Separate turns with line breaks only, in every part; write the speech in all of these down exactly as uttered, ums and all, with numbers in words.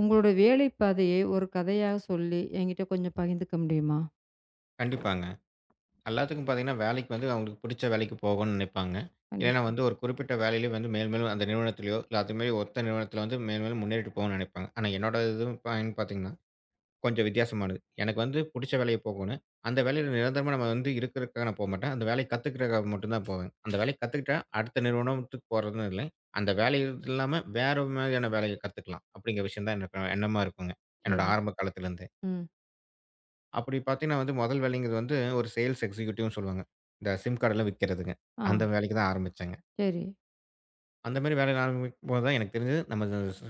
உங்களோட வேலை பாதையை ஒரு கதையாக சொல்லி என்கிட்ட கொஞ்சம் பகிர்ந்துக்க முடியுமா?
கண்டிப்பாங்க. எல்லாத்துக்கும் பார்த்தீங்கன்னா, வேலைக்கு வந்து அவங்களுக்கு பிடிச்ச வேலைக்கு போகணும்னு நினைப்பாங்க. இல்லன்னா
கண்டிப்பா.
வந்து ஒரு குறிப்பிட்ட வேலையிலே வந்து மேலும் மேலும் அந்த நிறுவனத்திலயோ, இல்ல அது மாரி ஒத்த நிறுவனத்தில வந்து மேலும் மேலும் முன்னேறிட்டு போகணும்னு நினைப்பாங்க. ஆனா என்னோட இது பாயிண்ட் பார்த்தீங்கன்னா, கொஞ்சம் வித்தியாசமானது. எனக்கு வந்து பிடிச்ச வேலைய போகணும். அந்த வேலையில நிரந்தரமா நம்ம வந்து இருக்கிறதுக்காக நான் போமாட்டேன். அந்த வேலைய கத்துக்கிறதுக்காக மட்டும் தான் போவேன். அந்த வேலைய கத்துக்கிட்டா அடுத்த நிறுவனத்துக்கு போறதுன்னு இல்லை. அந்த வேலை இல்லாம வேற மாதிரியான வேலைய கத்துக்கலாம். அப்படிங்கிற விஷயம் தான் எனக்கு எண்ணமா இருக்குங்க. என்னோட
சரி.
ஆரம்ப காலத்திலிருந்தே.
ம்.
அப்படி பார்த்தீங்கன்னா வந்து முதல் வேலைங்கிறது வந்து ஒரு சேல்ஸ் எக்ஸிக்யூட்டிவ்னு சொல்லுவாங்க. இந்த சிம் கார்டெல்லாம் விக்கிறதுங்க.
ஆ.
அந்த வேலைக்கு தான் ஆரம்பிச்சேங்க.
சரி.
அந்த மாரி வேலையில ஆரம்பிக்கும் போது தான் எனக்கு தெரிஞ்சது நம்ம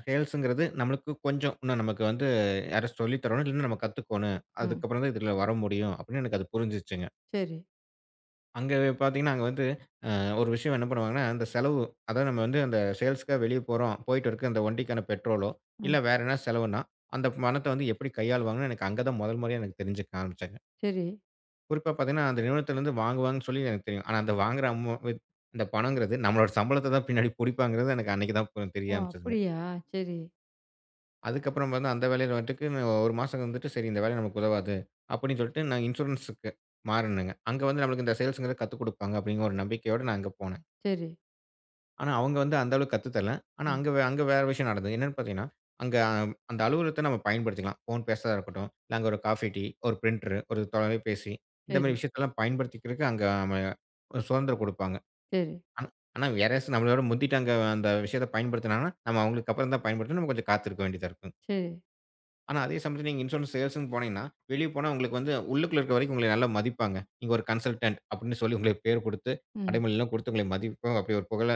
சேல்ஸ்ங்கிறது நம்மளுக்கு கொஞ்சம் இன்னும் நமக்கு வந்து யாராச்சும் சொல்லி தரணும். இல்லன்னா நம்ம கத்துக்கோணும்.
ம்.
அதுக்கப்புறம் தான் இதுல வர முடியும் அப்படின்னு எனக்கு அது புரிஞ்சுச்சுங்க.
சரி.
அங்க பார்த்தீங்கன்னா, அங்க வந்து அஹ், ஒரு விஷயம் என்ன பண்ணுவாங்கன்னா, அந்த செலவு அதாவது நம்ம வந்து அந்த சேல்ஸ்க்காக வெளிய போறோம். போயிட்டு இருக்க அந்த வண்டிக்கான பெட்ரோலோ, இல்ல
ம்.
வேற என்ன செலவுன்னா, அந்த பணத்த வந்து எப்படி கையாளுவாங்கன்னு எனக்கு அங்க தான் முதல் முறையா எனக்கு தெரிஞ்சுக்க ஆரம்பிச்சேங்க.
சரி.
குறிப்பா பார்த்தீங்கன்னா, அந்த நிறுவனத்திலருந்து வாங்குவாங்கன்னு சொல்லி எனக்கு தெரியும். ஆனா அந்த வாங்குற அமௌ வித் அந்த பணங்கிறது நம்மளோட சம்பளத்த தான் பின்னாடி புடிப்பாங்கிறது எனக்கு அன்னைக்கு தான் பு
ஓ!
தெரிய ஆரம்பிச்சதுங்க.
அப்படியா? சரி,
அதுக்கப்புறம் வந்து அந்த வேலையில வந்துட்டு நான் ஒரு மாசம் இருந்துட்டு, "சரி இந்த வேலை நமக்கு உதவாது." அப்படின்னு சொல்லிட்டு நான் இன்சூரன்ஸுக்கு மாறுனேங்க. அங்க வந்து நம்மளுக்கு இந்த சேல்ஸ்ங்கிறத கத்துக் குடுப்பாங்க அப்படிங்கிற ஒரு நம்பிக்கையோட நான் அங்க போனேன்.
சரி.
ஆனா, அவங்க வந்து அந்த அளவுக்கு கத்து தரல. ஆனா,
ம்.
அங்க வே அங்க வேற விஷயம் நடந்தது. என்னன்னு பார்த்தீங்கன்னா, அங்க அஹ், அந்த அலுவலகத்த நம்ம பயன்படுத்திக்கலாம். ஃபோன் பேசுறதா இருக்கட்டும், இல்ல அங்க ஒரு காஃபி, டீ, ஒரு பிரிண்டரு, ஒரு தொலைபேசி இந்த மாரி
சரி,
விஷயத்தெல்லாம் பயன்படுத்திக்கிறதுக்கு அங்க நம்ம ஒரு சுதந்திரம் குடுப்பாங்க.
சரி,
ஆனா ஆனா வேற நம்மளோட முந்திட்டு அங்க அந்த விஷயத்த பயன்படுத்தினாங்கன்னா, நம்ம அவங்களுக்கு அப்புறம் தான் பயன்படுத்தணும். நம்ம கொஞ்சம் காத்திருக்க வேண்டியதா இருக்கும்.
சரி.
ஆனா, அதே சமயத்துல நீங்க இன்சூரன்ஸ் சேல்ஸ்ன்னு போனீங்கன்னா, வெளிய போனா உங்களுக்கு வந்து உள்ளுக்குள்ள இருக்க வரைக்கும் உங்கள நல்லா மதிப்பாங்க. நீங்க ஒரு கன்சல்டன்ட் அப்படின்னு சொல்லி உங்களுக்கு பேர் குடுத்து,
ம்.
அடைமொழிலாம் குடுத்து உங்கள மதிப்பா அப்படி ஒரு புகழ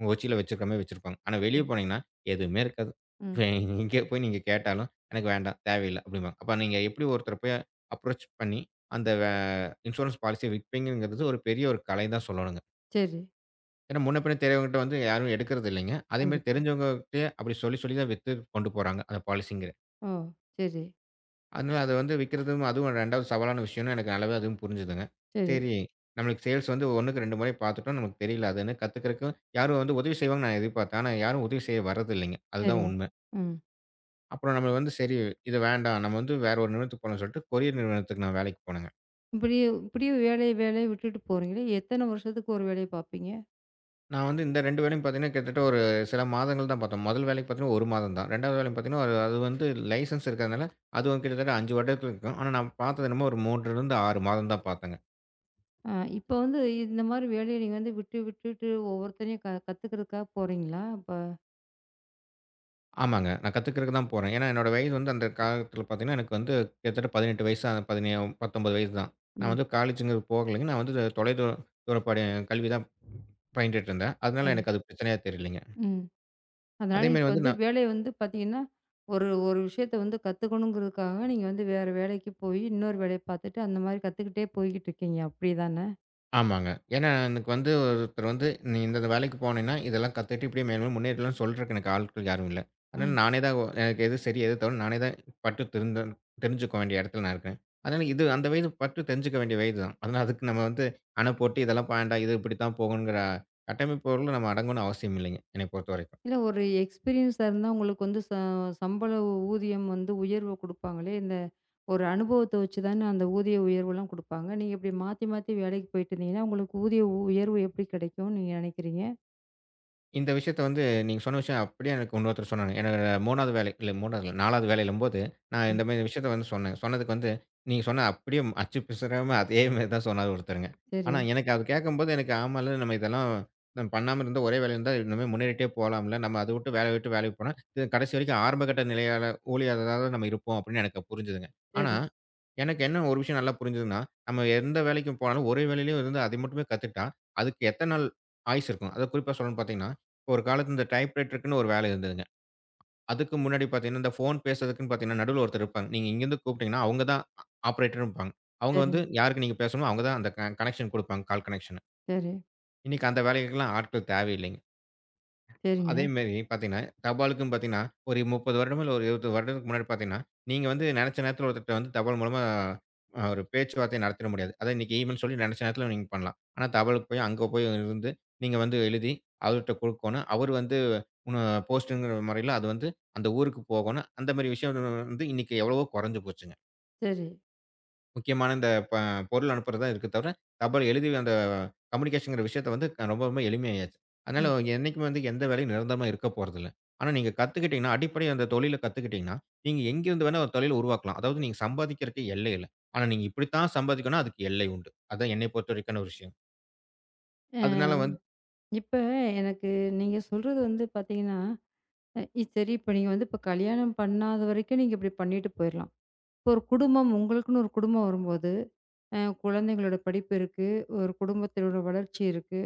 உங்க உச்சியில வச்சிருக்க மாரி வச்சிருப்பாங்க. ஆனா,
சரி.
வெளிய போனீங்கன்னா, எதுவுமே இருக்காது.
ம்.
எங்கே போய் நீங்க கேட்டாலும், "எனக்கு வேண்டாம், தேவையில்ல" அப்படிம்பாங்க. அப்ப நீங்க எப்படி ஒருத்தர போய் அப்ரோச் பண்ணி, அந்த வே இன்சூரன்ஸ் பாலிசிய விற்பீங்கங்கிறது ஒரு பெரிய ஒரு கலை தான் சொல்லணுங்க.
சரி.
ஏன்னா, முன்ன பின்ன தெரியாதவங்ககிட்ட வந்து யாரும் எடுக்கிறது இல்லைங்க. அதே மாரி
கண்டிப்பா.
தெரிஞ்சவங்ககிட்டயே அப்படி சொல்லி சொல்லி தான் வித்து கொண்டு போறாங்க அந்த பாலிசிங்க.
ஓ! சரி,
அதனால அது வந்து விக்கிறதும் அதுவும் 2வது சவாலான விஷயம்னு எனக்கு நல்லாவே அதுவும் புரிஞ்சுதுங்க.
சரி,
சரி, நம்மளுக்கு சேல்ஸ் வந்து 1க்கு இரண்டு முறை பார்த்துட்டோம். நமக்கு தெரியல அதுன்னு கத்துக்கிறதுக்கும் யாரும் வந்து உதவி செய்வாங்கன்னு நான் எதிர்பார்த்தேன். ஆனா யாரும் உதவி செய்ய வர்றதில்லைங்க. அதுதான்
சரிங்க.
உண்மை.
ம்.
அப்புறம் நம்ம வந்து சரி இது வேண்டாம். நம்ம வந்து வேற ஒரு நிறுவனத்துக்கு போலாம்ன்னு சொல்லிட்டு கொரியர் நிறுவனத்துக்கு நான் வேலைக்கு போனேங்க.
இப்படியே இப்படியே வேலைய வேலைய விட்டுட்டு போறீங்களே, எத்தன வருஷத்துக்கு ஒரு வேலைய பார்ப்பீங்க?
நான் வந்து இந்த இரண்டு வேலையும் பார்த்தீங்கன்னா, கிட்டத்தட்ட ஒரு சில மாதங்கள் தான் பார்த்தோம். முதல் வேலைக்கு பார்த்தீங்கன்னா ஒரு மாதம் தான். 2வது வேலையும் பார்த்தீங்கன்னா, அது அது வந்து லைசென்ஸ் இருக்கிறதுனால அது வந்து கிட்டத்தட்ட ஐந்து வருடங்கள் இருக்கும். ஆனா நான் பார்த்தது என்னமோ ஒரு 3லிருந்து ஆறு மாதம் தான் பார்த்தேங்க.
ஆ இப்ப வந்து இந்த மாரி வேலைய நீங்க வந்து விட்டு விட்டுட்டு ஒவ்வொருத்தரையும் க கத்துக்கிறதுக்காக போறீங்களா? இப்ப
ஆமாங்க. நான் கத்துக்கிறதுக்கு தான் போறேன். ஏன்னா, என்னோட வயது வந்து அந்த காலத்தில பார்த்தீங்கன்னா, எனக்கு வந்து கிட்டத்தட்ட பதினெட்டு வயசு, அ பதினேழு பத்தொன்பது வயது தான். நான்
ம்.
வந்து காலேஜ்ங்கிறது போகலைங்க. நான் வந்து தொலைதூர தூர படி கல்வி தான் பயின்றுட்டு இருந்தேன்.
சரி.
அதனால எனக்கு அது பிரச்சனையா தெரியலைங்க.
ம். அதனால
அதேமாரி
இப்ப
வந்து
வந்து
நான்
வேலை வந்து பார்த்தீங்கன்னா, ஒரு ஒரு விஷயத்த வந்து கத்துக்கணுங்கிறதுக்காக நீங்க வந்து வேற வேலைக்கு போய் இன்னொரு வேலைய பார்த்துட்டு, அந்த மாரி கத்துக்கிட்டே போய்க்கிட்டு இருக்கீங்க. அப்படிதானே?
ஆமாங்க. ஏன்னா, எனக்கு வந்து ஒருத்தர் வந்து, "நீ இந்தந்த வேலைக்கு போனேன்னா, இதெல்லாம் கத்துட்டு இப்படியே மேலும் முன்னேறலாம்னு" சொல்றதுக்கு எனக்கு ஆட்கள் யாரும் இல்ல. அதனால
ம்.
நானே தான் ஒ எனக்கு எது சரி, எது தவறுன்னு நானே தான் பட்டு திருந்தன் தெரிஞ்சுக்க வேண்டிய இடத்துல நான் இருக்கேன். அதனால இது அந்த வயது பட்டு தெரிஞ்சுக்க வேண்டிய வயது தான். அதனால அதுக்கு நம்ம வந்து அணை போட்டு இதெல்லாம் வேண்டாம், இது இப்படித்தான் போகுங்கிற கட்டமைப்புக்குள்ள நம்ம அடங்கணும்னு அவசியம் இல்லைங்க, என்னைய பொறுத்தவரை.
இல்ல ஒரு எக்ஸ்பீரியன்ஸா இருந்தா உங்களுக்கு வந்து ச சம்பள ஊதியம் வந்து உயர்வு குடுப்பாங்களே, இந்த ஒரு அனுபவத்த வச்சு தானே அந்த ஊதிய உயர்வுலாம் குடுப்பாங்க. நீங்க இப்படி மாத்தி மாத்தி வேலைக்கு போயிட்டு இருந்தீங்கன்னா, உங்களுக்கு ஊதிய உ உயர்வு எப்படி கிடைக்கும்னு நீங்க நினைக்கிறீங்க?
இந்த விஷயத்த வந்து நீங்க சொன்ன விஷயம் அப்படியே எனக்கு இன்னொருத்தர் சொன்னாங்க. என்னோட 3வது வேலை இல்ல 3வது இல்ல 4வது வேலையிலம்போது, நான்
ம்.
இந்த மாரி விஷயத்த வந்து சொன்னேன். சொன்னதுக்கு வந்து, நீங்க சொன்ன அப்படியே அச்சு பிசுறாம அதே மாரி தான் சொன்னாரு ஒருத்தருங்க.
சரி.
ஆனா எனக்கு அது கேட்கும்போது எனக்கு ஆமால்ல நம்ம இதெல்லாம் நம்ம பண்ணாம இருந்தா ஒரே வேலையில இருந்தா இன்னுமே முன்னேறிட்டே போலாம்ல. நம்ம அத விட்டு வேலைய விட்டு வேலைக்கு போனா, இது கடைசி வரைக்கும் ஆரம்பகட்ட நிலையாள ஊழியரா தான் நம்ம இருப்போம் அப்படின்னு எனக்கு புரிஞ்சுதுங்க. ஆனா,
சரி,
எனக்கு என்ன ஒரு விஷயம் நல்லா புரிஞ்சதுன்னா, நம்ம எந்த வேலைக்கு போனாலும் ஒரே வேலையிலயும் இருந்து அதை மட்டுமே கத்துக்கிட்டா, அதுக்கு எத்தன நாள் ஆயுசு இருக்கும்? அதாவது குறிப்பா சொல்லணும்னு பார்த்தீங்கன்னா, ஒரு காலத்துல இந்த டைப்ரைட்டருக்குன்னு ஒரு வேலை இருந்ததுங்க. அதுக்கு முன்னாடி பார்த்தீங்கன்னா, இந்த ஃபோன் பேசுறதுக்குன்னு பார்த்தீங்கன்னா, நடுவுல ஒருத்தர் இருப்பாங்க. நீங்க இங்கேருந்து கூப்பிட்டீங்கன்னா, அவங்க தான் ஆ ஆப்பரேட்டர்ன்னு இருப்பாங்க. அவங்க
சரி,
வந்து யாருக்கு நீங்க பேசணுமோ, அவங்க தான் அந்த க கனெக்ஷன் குடுப்பாங்க. Call connection.
சரி.
இன்னைக்கு அந்த வேலைக்கெல்லாம் ஆட்கள் தேவையில்லைங்க.
சரிங்க.
அதே மாரி பார்த்தீங்கன்னா, தபாலுக்கும் பார்த்தீங்கன்னா, ஒரு முப்பது வருடமோ இல்ல ஒரு இருபது வருடத்துக்கு முன்னாடி பார்த்தீங்கன்னா, நீங்க வந்து நெனச்ச நேரத்துல ஒருத்தர்ட்ட வந்து தபால் மூலமா அ ஒரு பேச்சுவார்த்தைய நடத்திட முடியாது. அதான் இன்னைக்கு ஈமெயில் சொல்லி நெனச்ச நேரத்துல நீங்க பண்ணலாம். ஆனா தபாலுக்கு போய் அங்க போய் இருந்து நீங்க வந்து எழுதி அவர்ட்ட குடுக்கோணும். அவரு வந்து உன்ன போஸ்ட்டுங்கிற முறையில அது வந்து அந்த ஊருக்கு போகோணும். அந்த மாரி விஷயம் வந்து இன்னைக்கு எவ்வளவோ கொறஞ்சு போச்சுங்க.
சரி.
முக்கியமான இந்த ப பொருள் அனுப்புறதா இருக்கு தவிர, தபால் எழுதி அந்த கம்யூனிகேஷன்ங்கிற விஷயத்த வந்து க- ரொம்ப ரொம்ப எளிமையாயாச்சு. அதனால
ம்.
என்னைக்குமே வந்து எந்த வேலையும் நிரந்தரமா இருக்க போறதில்ல. ஆனா நீங்க கத்துக்கிட்டீங்கன்னா, அடிப்படை அந்த தொழில கத்துக்கிட்டீங்கன்னா, நீங்க எங்கிருந்து வேணா ஒரு தொழில உருவாக்கலாம். அதாவது நீங்க சம்பாதிக்கிறதுக்கு எல்லை இல்ல. ஆனா நீங்க இப்படித்தான் சம்பாதிக்கணும் அதுக்கு எல்லை உண்டு. அதான் என்னை பொறுத்தவரைக்கான ஒரு விஷயம். அதனால
இப்ப எனக்கு நீங்க சொல்றது வந்து பார்த்தீங்கன்னா, அ இ சரி இப்ப நீங்க வந்து இப்ப கல்யாணம் பண்ணாத வரைக்கும் நீங்க இப்படி பண்ணிட்டு போயிரலாம். இப்போ ஒரு குடும்பம் உங்களுக்குன்னு ஒரு குடும்பம் வரும்போது, அ குழந்தைங்களோட படிப்பு இருக்கு, ஒரு குடும்பத்திலோட வளர்ச்சி இருக்கு.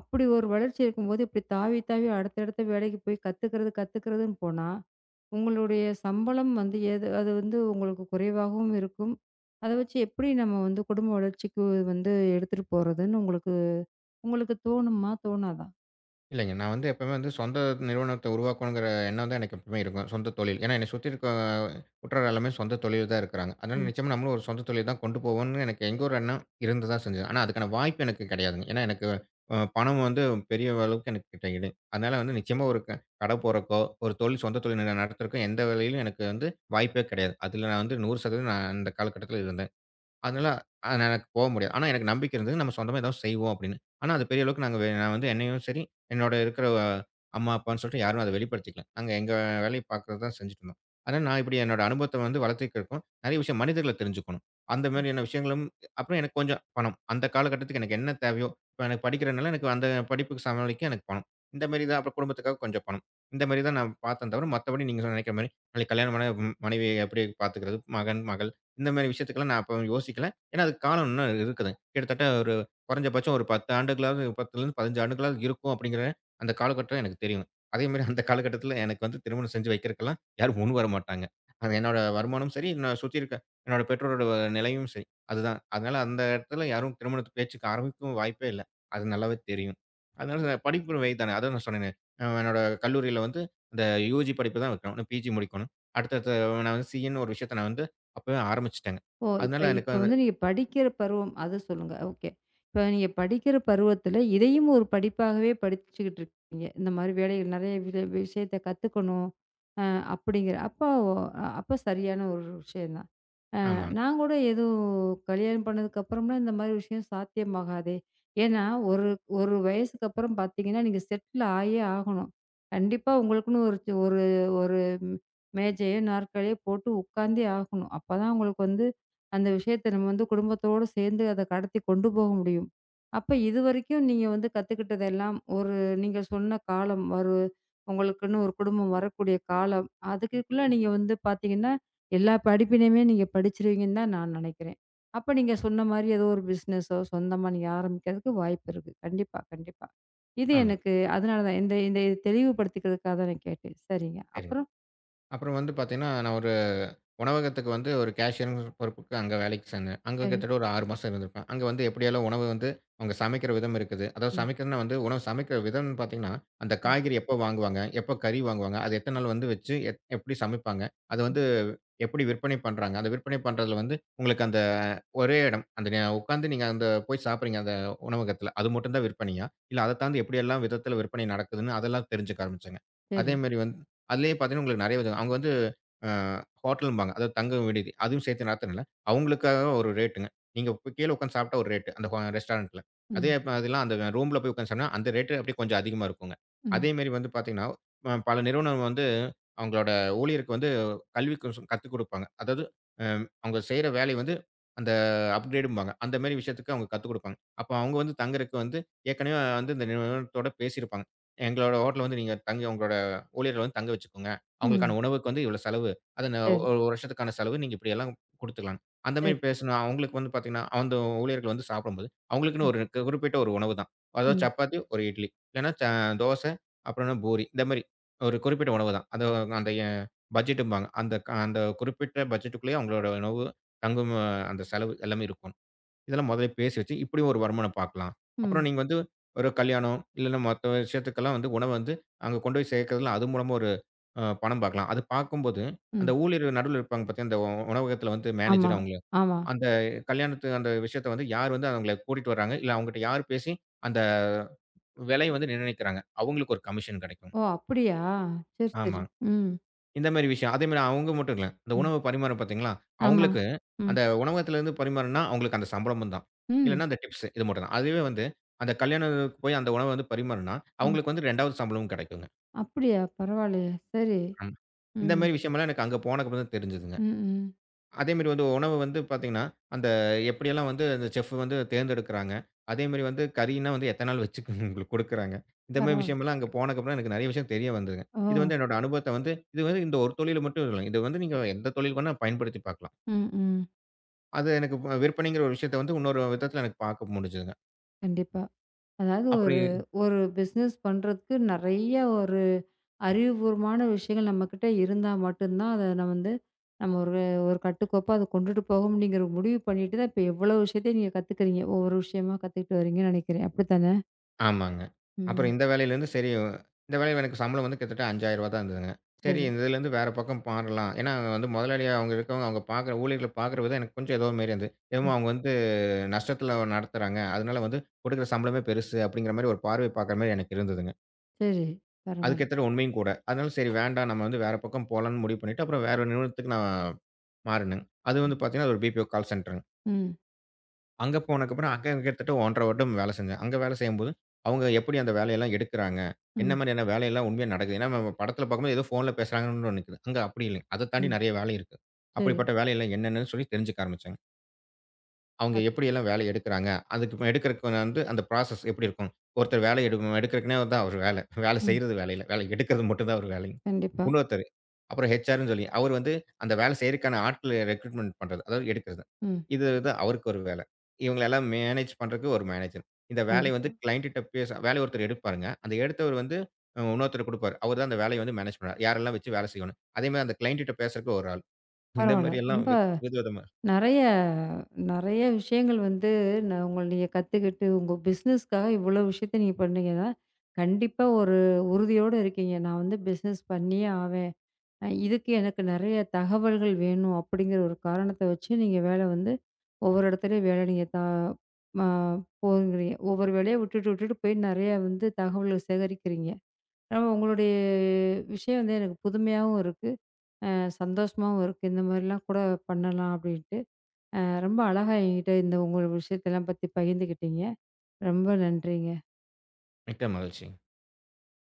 அப்படி ஒரு வளர்ச்சி இருக்கும்போது இப்படி தாவி தாவி அடுத்தடுத்த வேலைக்கு போய் கத்துக்கிறது கத்துக்கிறதுன்னு போனா, உங்களுடைய சம்பளம் வந்து எது அது வந்து உங்களுக்கு குறைவாகவும் இருக்கும். அத வச்சு எப்படி நம்ம வந்து குடும்ப வளர்ச்சிக்கு வந்து எடுத்துட்டு போறதுன்னு உங்களுக்கு உங்களுக்கு தோணுமா? தோணாதா?
இல்லைங்க. நான் வந்து எப்பவுமே வந்து சொந்த நிறுவனத்த உருவாக்கணுங்கிற எண்ணம் தான் எனக்கு எப்பவுமே இருக்கும். சொந்த தொழில். ஏன்னா, என்னை சுத்தி இருக்க உற்றார் எல்லாமே சொந்த தொழில் தான் இருக்கிறாங்க. அதனால நிச்சயமா நம்மளும் ஒரு சொந்த தொழில் தான் கொண்டு போவோம்னு எனக்கு எங்க ஒரு எண்ணம் இருந்து தான் செஞ்சது. ஆனா, அதுக்கான வாய்ப்பு எனக்கு கிடையாதுங்க. ஏன்னா, எனக்கு அ பணம் வந்து பெரிய அளவுக்கு எனக்கு கிடைக்கல. அதனால வந்து நிச்சயமா ஒரு க கடை போறக்கோ, ஒரு தொழில் சொந்த தொழில் ந நடத்துறக்கோ எந்த வேலையிலும் எனக்கு வந்து வாய்ப்பே கிடையாது. அதுல நான் வந்து நூறு சதவீதம் நான் அந்த காலகட்டத்தில இருந்தேன். அதனால அ நான் எனக்கு போ முடியாது. ஆனா எனக்கு நம்பிக்கை இருந்தது. நம்ம சொந்தமா ஏதாவது செய்வோம் அப்படின்னு. ஆனா அது பெரிய அளவுக்கு நாங்க வெ நான் வந்து என்னையும் சரி, என்னோட இருக்கிற அஹ், அம்மா, அப்பான்னு சொல்லிட்டு யாரும் அத வெளிப்படுத்திக்கல. நாங்க எங்க வேலைய பார்க்குறது தான் செஞ்சுட்டு இருந்தோம். ஆனா நான் இப்படி என்னோட அனுபவத்த வந்து வளர்த்துக்கிறதுக்கும், நெறைய விஷயம் மனிதர்கள தெரிஞ்சுக்கணும். அந்த மாதிரியான விஷயங்களும் அப்புறம் எனக்கு கொஞ்சம் பணம். அந்த காலகட்டத்துக்கு எனக்கு என்ன தேவையோ, இப்ப எனக்கு படிக்கிறனால எனக்கு அந்த படிப்புக்கு சமாளிக்க எனக்கு பணம். இந்த மாரி தான் அப்புறம் குடும்பத்துக்காக கொஞ்சம் பணம். இந்த மாரி தான் நான் பார்த்தேன் தவிர, மத்தபடி நீங்க நினைக்கிற மாரி நாளைக்கு கல்யாணம் ஆன மனைவிய எப்படி பார்த்துக்கிறது, மகன், மகள் இந்த மாரி விஷயத்துக்கெல்லாம் நான் அப்ப யோசிக்கல. ஏன்னா, அதுக்கு காலம் இன்னும் இருக்குது. கிட்டத்தட்ட ஒரு குறைஞ்சபட்சம் ஒரு பத்து ஆண்டுகளாவது 10லிருந்து பதினைந்து ஆண்டுகளாவது இருக்கும் அப்படிங்கிற அந்த காலகட்டம் எனக்கு தெரியும். அதே மாரி அந்த காலகட்டத்தில எனக்கு வந்து திருமணம் செஞ்சு வைக்கிறதுக்கெல்லாம் யாரும் முன் வர மாட்டாங்க. அது என்னோட வருமானமும் சரி, என்ன சுத்தி இருக்க என்னோட பெற்றோரோட வ- நிலையும் சரி. அதுதான். அதனால அந்த இடத்துல யாரும் திருமணத்து பேச்சுக்கு ஆரம்பிக்கவும் வாய்ப்பே இல்ல. அது நல்லாவே தெரியும். அதனால நான் படிப்பு வயது தானே. அதான் நான் சொன்னேனே. அ என்னோட கல்லூரியில வந்து அந்த யுஜி படிப்பு தான் வைக்கணும். பிஜி முடிக்கணும். அடுத்தடுத்து நான் வந்து சிஏன்னு ஒரு விஷயத்த நான் வந்து அப்பவே ஆரம்பிச்சுட்டேங்க.
ஓ! இப்ப
அதனால
இப்ப
எனக்கு வந்து
வந்து நீங்க படிக்கிற பருவம் அத சொல்லுங்க. ஓகே. இப்ப நீங்க படிக்கிற பருவத்தில, இதையும் ஒரு படிப்பாகவே படிச்சுக்கிட்டு இருக்கீங்க. இந்த மாரி வேலைகள் நெறைய வி விஷயத்த கத்துக்கணும். அ அப்படிங்கிற அப்போ அப்ப சரியான ஒரு விஷயம் தான்.
ஆமாங்க,
நான் கூட எதுவும் கல்யாணம் பண்ணதுக்கு அப்புறம்லாம் இந்த மாதிரி விஷயம் சாத்தியமாகாதே! ஏன்னா, ஒரு ஒரு வயசுக்கு அப்புறம் பார்த்தீங்கன்னா, நீங்க செட்டில் ஆயே ஆகணும். கண்டிப்பா உங்களுக்குன்னு ஒரு சி- ஒரு ஒரு ம், மேஜையோ, நாற்காலியோ போட்டு உட்கார்ந்தே ஆகணும். அப்பதான் உங்களுக்கு வந்து அந்த விஷயத்த நம்ம வந்து குடும்பத்தோட சேர்ந்து அத கடத்தி கொண்டு போக முடியும். அப்ப இதுவரைக்கும் நீங்க வந்து கத்துக்கிட்டதெல்லாம் ஒரு நீங்க சொன்ன காலம் ஒரு உங்களுக்குன்னு ஒரு குடும்பம் வரக்கூடிய காலம். அதுக்குள்ள நீங்க வந்து பார்த்தீங்கன்னா எல்லா படிப்பினையுமே நீங்க படிச்சிருவீங்கன்னு தான் நான் நினைக்கிறேன். அப்ப நீங்க சொன்ன மாரி ஏதோ ஒரு பிசினஸோ, சொந்தமா நீங்க ஆரம்பிக்கிறதுக்கு வாய்ப்பு இருக்கு. கண்டிப்பா, கண்டிப்பா. இது
ஆமாங்க.
எனக்கு அதனால தான் இந்த இந்த இது தெளிவுபடுத்திக்கிறதுக்காக தான் நான் கேட்டேன். சரிங்க.
சரிங்க.
அப்புறம்?
அப்புறம் வந்து பார்த்தீங்கன்னா, நான் ஒரு உணவகத்துக்கு வந்து ஒரு கேஷியர்ங்கிற பொறுப்புக்கு அங்க வேலைக்கு சேர்ந்தேன். அங்க
சரி.
கிட்டத்தட்ட ஒரு ஆறு மாசம் இருந்திருப்பேன். அங்க வந்து எப்படியெல்லாம் உணவு வந்து அவங்க சமைக்கிற விதம் இருக்குது. அதாவது
ம்,
சமைக்கிறதுன்னா வந்து உணவு சமைக்கிற விதம்னு பார்த்தீங்கன்னா, அந்த
ம்,
காய்கறி எப்போ வாங்குவாங்க? எப்போ கறி வாங்குவாங்க? அது எத்தன நாள் வந்து வச்சு எத் எப்படி சமைப்பாங்க? அது
ம்.
வந்து எப்படி விற்பனை பண்றாங்க? அந்த விற்பனை பண்றதுல வந்து உங்களுக்கு அந்த ஒரே இடம் அந்த நே உட்கார்ந்து நீங்க அந்த போய் சாப்பிடுறீங்க அந்த உணவகத்துல. அது மட்டும் தான் விற்பனையா? இல்ல அத தாண்டி எப்படியெல்லாம் விதத்துல விற்பனை நடக்குதுன்னு அதெல்லாம் தெரிஞ்சுக்க ஆரம்பிச்சேங்க.
சரி.
அதேமாரி வந்து அதிலேயே பார்த்தீங்கன்னா, உங்களுக்கு நெறைய விதம். அவங்க வந்து அ ஹோட்டலும்பாங்க. அதாவது தங்கும் விடுதி. அதுவும் சேர்த்து நடத்துனல. அவங்களுக்காக ஒரு ரேட்டுங்க. நீங்க போய் கீழ உட்கார்ந்து சாப்பிட்டா ஒரு ரேட்டு. அந்த ஹோ ரெஸ்டாரண்ட்ல. அதே
ம்,
இப்ப அதெல்லாம் அந்த ரூம்ல போய் உட்கார்ந்து சாப்பிட்டா, அந்த ரேட்டு அப்படியே கொஞ்சம் அதிகமா இருக்குங்க.
ம்,
அதேமாரி வந்து பார்த்தீங்கன்னா, அ பல நிறுவனம் வந்து அவங்களோட ஊழியருக்கு வந்து கல்வி கோர்ஸ் கத்துக் குடுப்பாங்க. அதாவது அ அவங்க செய்ற வேலை வந்து அந்த அப்கிரேடும்பாங்க. அந்த மாரி விஷயத்துக்கு அவங்க கத்துக் குடுப்பாங்க. அப்ப அவங்க வந்து தங்குறதுக்கு வந்து ஏற்கனவே வந்து இந்த நிறுவனத்தோட பேசியிருப்பாங்க. எங்களோட ஹோட்டல்ல வந்து நீங்க தங்கி உங்களோட ஊழியர்கள் வந்து தங்க வச்சுக்கோங்க.
ம்.
அவங்களுக்கான உணவுக்கு வந்து இவ்வளோ செலவு. அது ந ஒரு
சரி,
ஒரு வருஷத்துக்கான செலவு நீங்க இப்படியெல்லாம் குடுத்துக்கலாம்ன்னு. அந்த
சரி.
மாரி பேசினா அவங்களுக்கு வந்து பார்த்தீங்கன்னா, அந்த ஊழியர்கள் வந்து சாப்பிடும்போது, அவங்களுக்குன்னு
ம்,
ஒரு கு- குறிப்பிட்ட ஒரு உணவு தான். அதாவது
ம்,
சப்பாத்தி, ஒரு இட்லி. இல்லன்னா ச தோசை, அப்புறம்னா பூரி. இந்த மாரி ஒரு குறிப்பிட்ட உணவு தான். அது அந்த எ பட்ஜெட்டும்பாங்க. அந்த க அந்த குறிப்பிட்ட பட்ஜெட்டுக்குள்ளேயே அவங்களோட உணவு, தங்கும் அஹ், அந்த செலவு எல்லாமே இருக்கும். இதெல்லாம் முதலே பேசி வச்சு, இப்படியும் ஒரு வருமானம் பார்க்கலாம். அப்புறம்
ம்,
நீங்க வந்து ஒரு கல்யாணம், இல்லன்னா மத்த விஷயத்துக்கெல்லாம் வந்து உணவு வந்து அங்க கொண்டு போய் சேர்க்கிறதுல அது மூலமா ஒரு அ பணம் பார்க்கலாம். அது பார்க்கும்போது, அந்த
ம்.
ஊழியர் நடுவுல இருப்பாங்க பார்த்தீயா, அந்த உணவகத்தில வந்து
ஆமா,
மேனேஜர் அவுங்க.
ஆமா.
அந்த கல்யாணத்து அந்த விஷயத்த வந்து யார் வந்து அவங்கள கூட்டிட்டு வராங்க, இல்ல அவங்ககிட்ட யார் பேசி அந்த விலைய வந்து நிர்ணயிக்கிறாங்க. அவங்களுக்கு ஒரு கமிஷன் கிடைக்கும்.
ஓ! அப்படியா? சரி, சரி.
ஆமாங்க.
ம்,
இந்த மாரி விஷயம். அதே மாரி அவங்க மட்டும் இல்ல. இந்த
ம்.
உணவு பரிமாறம் பார்த்தீங்களா?
ஆமா.
அவங்களுக்கு
ம்,
அந்த உணவகத்திலருந்து பரிமாறணும்னா, அவங்களுக்கு அந்த சம்பளமும் தான்.
ம்,
இல்லன்னா அந்த டிப்ஸ் இது மட்டும் தான். அதுவே வந்து அந்த கல்யாணத்துக்கு போய் அந்த உணவ வந்து பரிமாறுனா,
ம்.
அவங்களுக்கு வந்து 2வது சம்பளமும் கெடைக்குங்க.
அப்படியா? பரவாயில்லையே! சரி.
ம். இந்த
ம்,
மாரி விஷயமெல்லாம் எனக்கு அங்க போனதுக்கப்புறம் தான் தெரிஞ்சதுங்க.
ம், ம்.
அதேமாரி வந்து உணவு வந்து பார்த்தீங்கன்னா, அந்த எப்படியெல்லாம் வந்து அந்த செஃப் வந்து தேர்ந்தெடுக்கிறாங்க. அதேமாரி வந்து கறின்னா வந்து எத்தன நாள் வச்சு உங்களுக்கு குடுக்குறாங்க. இந்த மாரி
பரவால்ல.
விஷயமெல்லாம் அங்க போனக்கப்புறம் எனக்கு நெறைய விஷயம் தெரிய வந்ததுங்க.
ஓ!
இது வந்து என்னோட அனுபவத்த வந்து இது வந்து இந்த ஒரு தொழில் மட்டும் இல்லங்க. இது வந்து நீங்க எந்த தொழில் வேணா பயன்படுத்தி பார்க்கலாம்.
ம், ம்.
அது எனக்கு விற்பனைங்கிற ஒரு விஷயத்த வந்து இன்னொரு விதத்துல எனக்கு பார்க்க முடிஞ்சுதுங்க.
கண்டிப்பா. அதாவது ஒரு
அப்புறம்
ஒரு பிசினஸ் பண்றதுக்கு நெறைய ஒரு அறிவுபூர்வமான விஷயங்கள் நம்மகிட்ட இருந்தா மட்டும் தான், அத நம்ம வந்து நம்ம ஒரு ஒரு கட்டுக்கோப்பா அத கொண்டுட்டு போகும் நீங்கிற முடிவு பண்ணிட்டு தான், இப்ப எவ்வளோ விஷயத்தையும் நீங்க கத்துக்கிறீங்க. ஒவ்வொரு விஷயமா கத்துக்கிட்டு வரீங்கன்னு நெனைக்கிறேன். அப்படித்தானே?
ஆமாங்க. அப்புறம்
ம்.
இந்த வேலையிலேருந்து சரி, இந்த வேலையில எனக்கு சம்பளம் வந்து கிட்டத்தட்ட ரூ. ஐந்தாயிரம் தான் இருந்ததுங்க. சரி
சரி.
இந்த இதுலேருந்து வேற பக்கம் மாறலாம். ஏன்னா வந்து முதலாளியா அவங்க இருக்கவங்க, அவங்க பார்க்குற ஊழியர்கள பார்க்குற விதம் எனக்கு கொஞ்சம் ஏதோ மாரி இருந்தது.
ம்.
என்னமோ அவங்க வந்து நஷ்டத்தில நடத்துறாங்க. அதனால வந்து கொடுக்குற சம்பளமே பெருசு அப்படிங்கிற மாரி ஒரு பார்வை பார்க்குற மாரி எனக்கு இருந்ததுங்க.
சரி.
அது
பரவால்ல.
கிட்டத்தட்ட உண்மையும் கூட. அதனால சரி வேண்டாம் நம்ம வந்து வேற பக்கம் போலாம்ன்னு முடிவு பண்ணிட்டு, அப்புறம் வேற ஒரு நிறுவனத்துக்கு நான் மாறினேங்க. அது வந்து பார்த்தீங்கன்னா, அது ஒரு பிபிஓ கால் சென்டருங்க.
ம்.
அங்க போனதுக்கப்புறம், அங்க கிட்டத்தட்ட ஒன்றரை வருடம் வேலை செஞ்சேன். அங்க வேலை செய்யும்போது, அவங்க எப்படி அந்த வேலையெல்லாம் எடுக்குறாங்க? என்ன
ம்.
மாரியான வேலையெல்லாம் உண்மையா நடக்குது? ஏன்னா, நம்ம படத்துல பார்க்கும்போது ஏதோ ஃபோன்ல பேசுறாங்கன்னு ஒண்ணு நிக்குது. அங்க அப்படி இல்லைங்க. அத தாண்டி
ம்.
நெறைய வேலை இருக்கு.
சரி.
அப்படிப்பட்ட வேலையெல்லாம் என்னென்னு சொல்லி தெரிஞ்சுக்க ஆரம்பிச்சேன். அவங்க
பரவால்ல.
எப்படியெல்லாம் வேலை எடுக்குறாங்க. அதுக்கு எடுக்கிறதுக்கு வந்து அந்த ப்ராசஸ் எப்படி இருக்கும்? ஒருத்தர் வேலை எடு எடுக்கிறக்குன்னே அதான் அவரு வேலை. வேலை
ம்.
செய்றது வேலை இல்ல. வேலை எடுக்கிறது மட்டும் தான் அவரு வேலைங்க.
கண்டிப்பா.
இன்னொருத்தரு, அப்புறம் ஹெச்ஆர்ன்னு சொல்லி அவர் வந்து அந்த வேலை செய்றதுக்கான ஆட்கள ரெக்ரூட்மென்ட் பண்றது. அதாவது எடுக்கிறது.
ம்.
இது இது அவருக்கு ஒரு வேலை. இவங்கள எல்லாம் மேனேஜ் பண்றதுக்கு ஒரு மேனேஜர். இந்த வேலைய வந்து
கண்டிப்பா.
கிளையன்ட்ட்ட பேச வேலைய ஒருத்தர் எடுப்பாருங்க. அந்த எடுத்தவர் வந்து அ இன்னொருத்தருக்கு குடுப்பாரு. அவர் தான் அந்த வேலைய வந்து மேனேஜ் பண்ணுவாரு. யாரெல்லாம் வச்சு வேலை செய்யணும்னு. அதே மாரி அந்த கிளையன்ட்ட்ட பேசுறதுக்கு ஒரு ஆள். இந்த
பரவால்ல.
மாரி எல்லாம்
ரொம்ப
வித் விதவிதமா
நெறைய நெறைய விஷயங்கள் வந்து நான் உங்கள நீங்க கத்துக்கிட்டு, உங்க பிசினஸ்க்காக இவ்வளோ விஷயத்த நீங்க பண்ணீங்கன்னா, கண்டிப்பா ஒரு உறுதியோட இருக்கீங்க. நான் வந்து பிசினஸ் பண்ணியே ஆவேன். அ இதுக்கு எனக்கு நெறைய தகவல்கள் வேணும் அப்படிங்கிற ஒரு காரணத்த வச்சு, நீங்க வேல வந்து ஒவ்வொரு இடத்துலயும் வேல நீங்க தா ம போங்கிறீங்க. ஒவ்வொரு வேலையா விட்டுட்டு, விட்டுட்டு போய் நெறைய வந்து தகவல்கள் சேகரிக்கிறீங்க. ஆனா உங்களுடைய விஷயம் வந்து எனக்கு புதுமையாவும் இருக்கு. அ சந்தோஷமாவும் இருக்கு. இந்த மாரிலாம் கூட பண்ணலாம் அப்படின்ட்டு. அ ரொம்ப அழகா என்கிட்ட இந்த உங்க விஷயத்தெல்லாம் பத்தி பகிர்ந்துக்கிட்டீங்க. ரொம்ப நன்றிங்க.
மிக்க மகிழ்ச்சி.